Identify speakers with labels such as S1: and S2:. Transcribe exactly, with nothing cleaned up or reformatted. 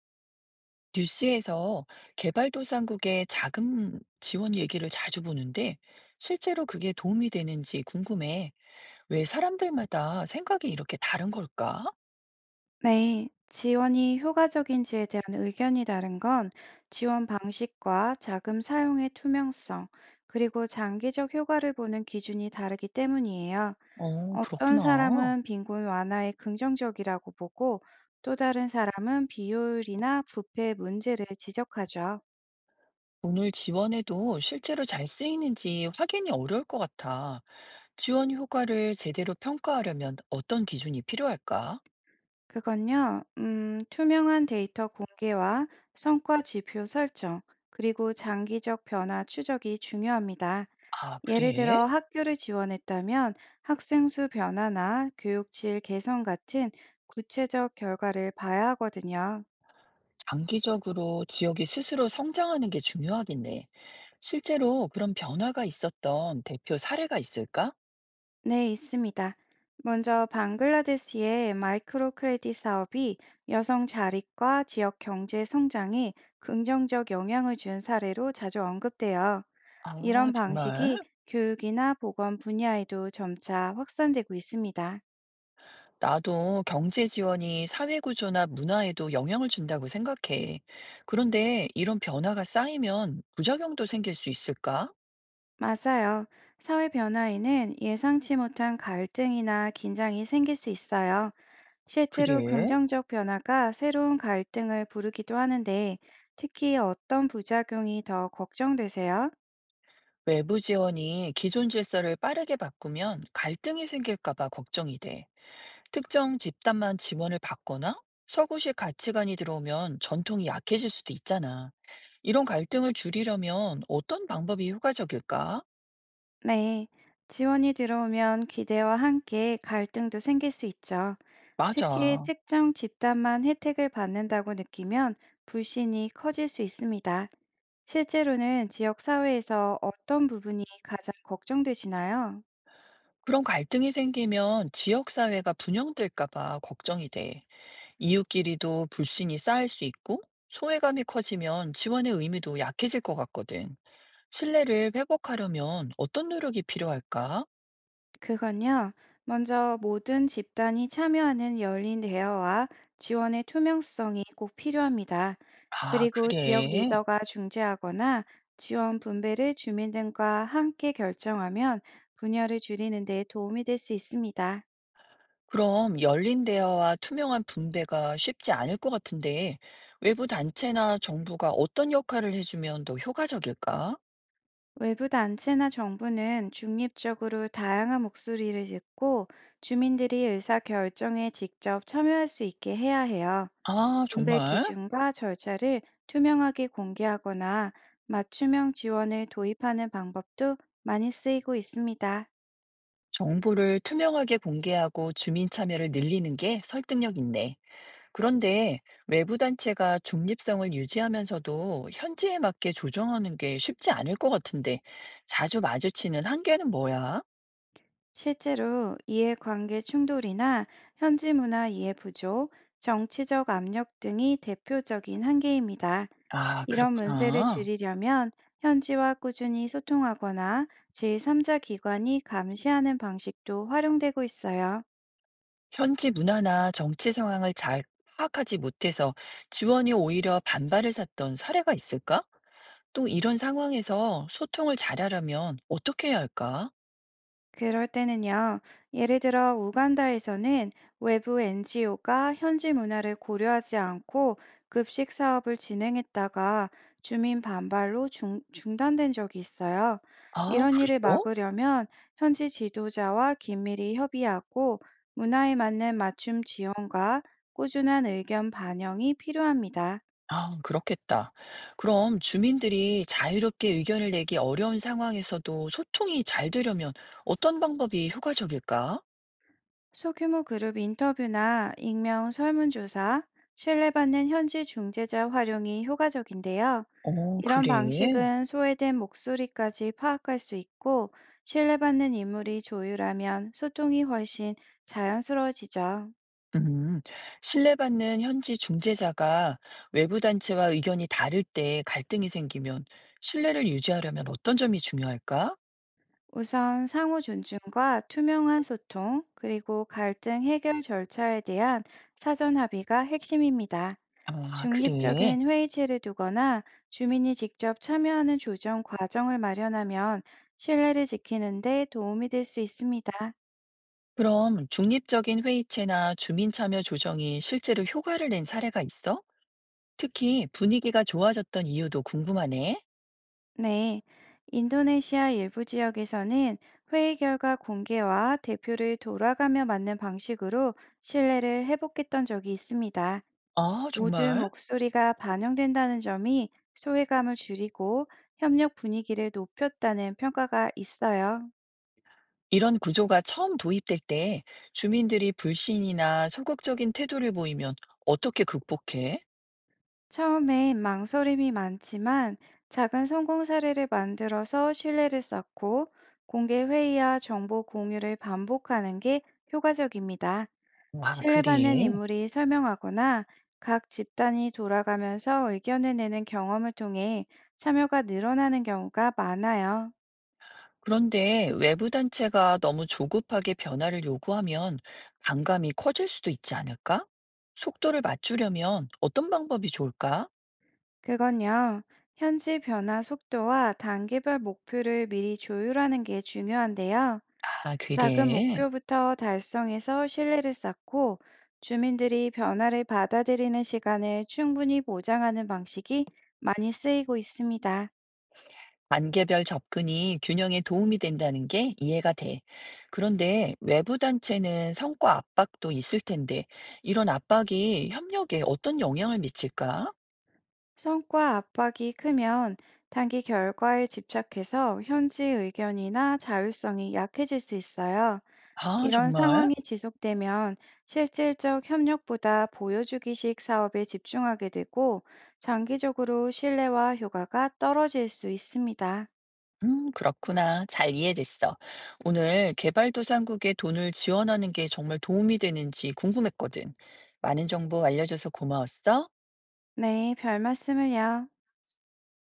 S1: 뉴스에서 개발도상국의 자금 지원 얘기를 자주 보는데 실제로 그게 도움이 되는지 궁금해. 왜 사람들마다 생각이 이렇게 다른 걸까?
S2: 네, 지원이 효과적인지에 대한 의견이 다른 건 지원 방식과 자금 사용의 투명성, 그리고 장기적 효과를 보는 기준이 다르기 때문이에요.
S1: 어,
S2: 어떤
S1: 그렇구나.
S2: 사람은 빈곤 완화에 긍정적이라고 보고 또 다른 사람은 비효율이나 부패 문제를 지적하죠.
S1: 오늘 지원해도 실제로 잘 쓰이는지 확인이 어려울 것 같아. 지원 효과를 제대로 평가하려면 어떤 기준이 필요할까?
S2: 그건요, 음, 투명한 데이터 공개와 성과 지표 설정, 그리고 장기적 변화 추적이 중요합니다.
S1: 아,
S2: 예를
S1: 그래?
S2: 들어 학교를 지원했다면 학생 수 변화나 교육 질 개선 같은 구체적 결과를 봐야 하거든요.
S1: 장기적으로 지역이 스스로 성장하는 게 중요하겠네. 실제로 그런 변화가 있었던 대표 사례가 있을까?
S2: 네, 있습니다. 먼저 방글라데시의 마이크로 크레딧 사업이 여성 자립과 지역 경제 성장에 긍정적 영향을 준 사례로 자주 언급돼요.
S1: 아,
S2: 이런
S1: 정말?
S2: 방식이 교육이나 보건 분야에도 점차 확산되고 있습니다.
S1: 나도 경제 지원이 사회 구조나 문화에도 영향을 준다고 생각해. 그런데 이런 변화가 쌓이면 부작용도 생길 수 있을까?
S2: 맞아요. 사회 변화에는 예상치 못한 갈등이나 긴장이 생길 수 있어요. 실제로
S1: 그래?
S2: 긍정적 변화가 새로운 갈등을 부르기도 하는데, 특히 어떤 부작용이 더 걱정되세요?
S1: 외부 지원이 기존 질서를 빠르게 바꾸면 갈등이 생길까 봐 걱정이 돼. 특정 집단만 지원을 받거나 서구식 가치관이 들어오면 전통이 약해질 수도 있잖아. 이런 갈등을 줄이려면 어떤 방법이 효과적일까?
S2: 네. 지원이 들어오면 기대와 함께 갈등도 생길 수 있죠. 특히
S1: 맞아.
S2: 특정 집단만 혜택을 받는다고 느끼면 불신이 커질 수 있습니다. 실제로는 지역 사회에서 어떤 부분이 가장 걱정되시나요?
S1: 그런 갈등이 생기면 지역사회가 분영될까 봐 걱정이 돼. 이웃끼리도 불신이 쌓일 수 있고, 소외감이 커지면 지원의 의미도 약해질 것 같거든. 신뢰를 회복하려면 어떤 노력이 필요할까?
S2: 그건요, 먼저 모든 집단이 참여하는 열린 대화와 지원의 투명성이 꼭 필요합니다.
S1: 아,
S2: 그리고 지역
S1: 그래.
S2: 리더가 중재하거나 지원 분배를 주민 등과 함께 결정하면 분열을 줄이는 데 도움이 될 수 있습니다.
S1: 그럼 열린 대화와 투명한 분배가 쉽지 않을 것 같은데, 외부 단체나 정부가 어떤 역할을 해주면 더 효과적일까?
S2: 외부 단체나 정부는 중립적으로 다양한 목소리를 듣고 주민들이 의사 결정에 직접 참여할 수 있게 해야 해요.
S1: 아,
S2: 분배
S1: 정말?
S2: 기준과 절차를 투명하게 공개하거나 맞춤형 지원을 도입하는 방법도 많이 쓰이고 있습니다.
S1: 정보를 투명하게 공개하고 주민 참여를 늘리는 게 설득력 있네. 그런데 외부 단체가 중립성을 유지하면서도 현지에 맞게 조정하는 게 쉽지 않을 것 같은데 자주 마주치는 한계는 뭐야?
S2: 실제로 이해관계 충돌이나 현지 문화 이해 부족, 정치적 압력 등이 대표적인 한계입니다.
S1: 아,
S2: 이런 문제를
S1: 그렇구나.
S2: 줄이려면 현지와 꾸준히 소통하거나 제삼 자 기관이 감시하는 방식도 활용되고 있어요.
S1: 현지 문화나 정치 상황을 잘 파악하지 못해서 지원이 오히려 반발을 샀던 사례가 있을까? 또 이런 상황에서 소통을 잘하려면 어떻게 해야 할까?
S2: 그럴 때는요, 예를 들어 우간다에서는 외부 엔지오가 현지 문화를 고려하지 않고 급식 사업을 진행했다가 주민 반발로 중, 중단된 적이 있어요.
S1: 아,
S2: 이런 일을
S1: 그랬어?
S2: 막으려면 현지 지도자와 긴밀히 협의하고 문화에 맞는 맞춤 지원과 꾸준한 의견 반영이 필요합니다.
S1: 아, 그렇겠다. 그럼 주민들이 자유롭게 의견을 내기 어려운 상황에서도 소통이 잘 되려면 어떤 방법이 효과적일까?
S2: 소규모 그룹 인터뷰나 익명 설문조사, 신뢰받는 현지 중재자 활용이 효과적인데요.
S1: 어,
S2: 이런
S1: 그래.
S2: 방식은 소외된 목소리까지 파악할 수 있고, 신뢰받는 인물이 조율하면 소통이 훨씬 자연스러워지죠.
S1: 음, 신뢰받는 현지 중재자가 외부 단체와 의견이 다를 때 갈등이 생기면 신뢰를 유지하려면 어떤 점이 중요할까?
S2: 우선 상호 존중과 투명한 소통, 그리고 갈등 해결 절차에 대한 사전 합의가 핵심입니다.
S1: 아, 그래.
S2: 중립적인 회의체를 두거나 주민이 직접 참여하는 조정 과정을 마련하면 신뢰를 지키는 데 도움이 될 수 있습니다.
S1: 그럼 중립적인 회의체나 주민참여 조정이 실제로 효과를 낸 사례가 있어? 특히 분위기가 좋아졌던 이유도 궁금하네.
S2: 네. 인도네시아 일부 지역에서는 회의 결과 공개와 대표를 돌아가며 맞는 방식으로 신뢰를 회복했던 적이 있습니다.
S1: 아,
S2: 모든
S1: 정말?
S2: 목소리가 반영된다는 점이 소외감을 줄이고 협력 분위기를 높였다는 평가가 있어요.
S1: 이런 구조가 처음 도입될 때 주민들이 불신이나 소극적인 태도를 보이면 어떻게 극복해?
S2: 처음엔 망설임이 많지만 작은 성공 사례를 만들어서 신뢰를 쌓고 공개 회의와 정보 공유를 반복하는 게 효과적입니다.
S1: 와,
S2: 신뢰받는
S1: 그래.
S2: 인물이 설명하거나 각 집단이 돌아가면서 의견을 내는 경험을 통해 참여가 늘어나는 경우가 많아요.
S1: 그런데 외부 단체가 너무 조급하게 변화를 요구하면 반감이 커질 수도 있지 않을까? 속도를 맞추려면 어떤 방법이 좋을까?
S2: 그건요, 현지 변화 속도와 단기별 목표를 미리 조율하는 게 중요한데요.
S1: 아,
S2: 작은
S1: 그래.
S2: 목표부터 달성해서 신뢰를 쌓고 주민들이 변화를 받아들이는 시간을 충분히 보장하는 방식이 많이 쓰이고 있습니다.
S1: 단계별 접근이 균형에 도움이 된다는 게 이해가 돼. 그런데 외부 단체는 성과 압박도 있을 텐데, 이런 압박이 협력에 어떤 영향을 미칠까?
S2: 성과 압박이 크면 단기 결과에 집착해서 현지 의견이나 자율성이 약해질 수 있어요.
S1: 아,
S2: 이런
S1: 정말?
S2: 상황이 지속되면 실질적 협력보다 보여주기식 사업에 집중하게 되고 장기적으로 신뢰와 효과가 떨어질 수 있습니다.
S1: 음, 그렇구나. 잘 이해됐어. 오늘 개발도상국에 돈을 지원하는 게 정말 도움이 되는지 궁금했거든. 많은 정보 알려줘서 고마웠어.
S2: 네, 별 말씀을요.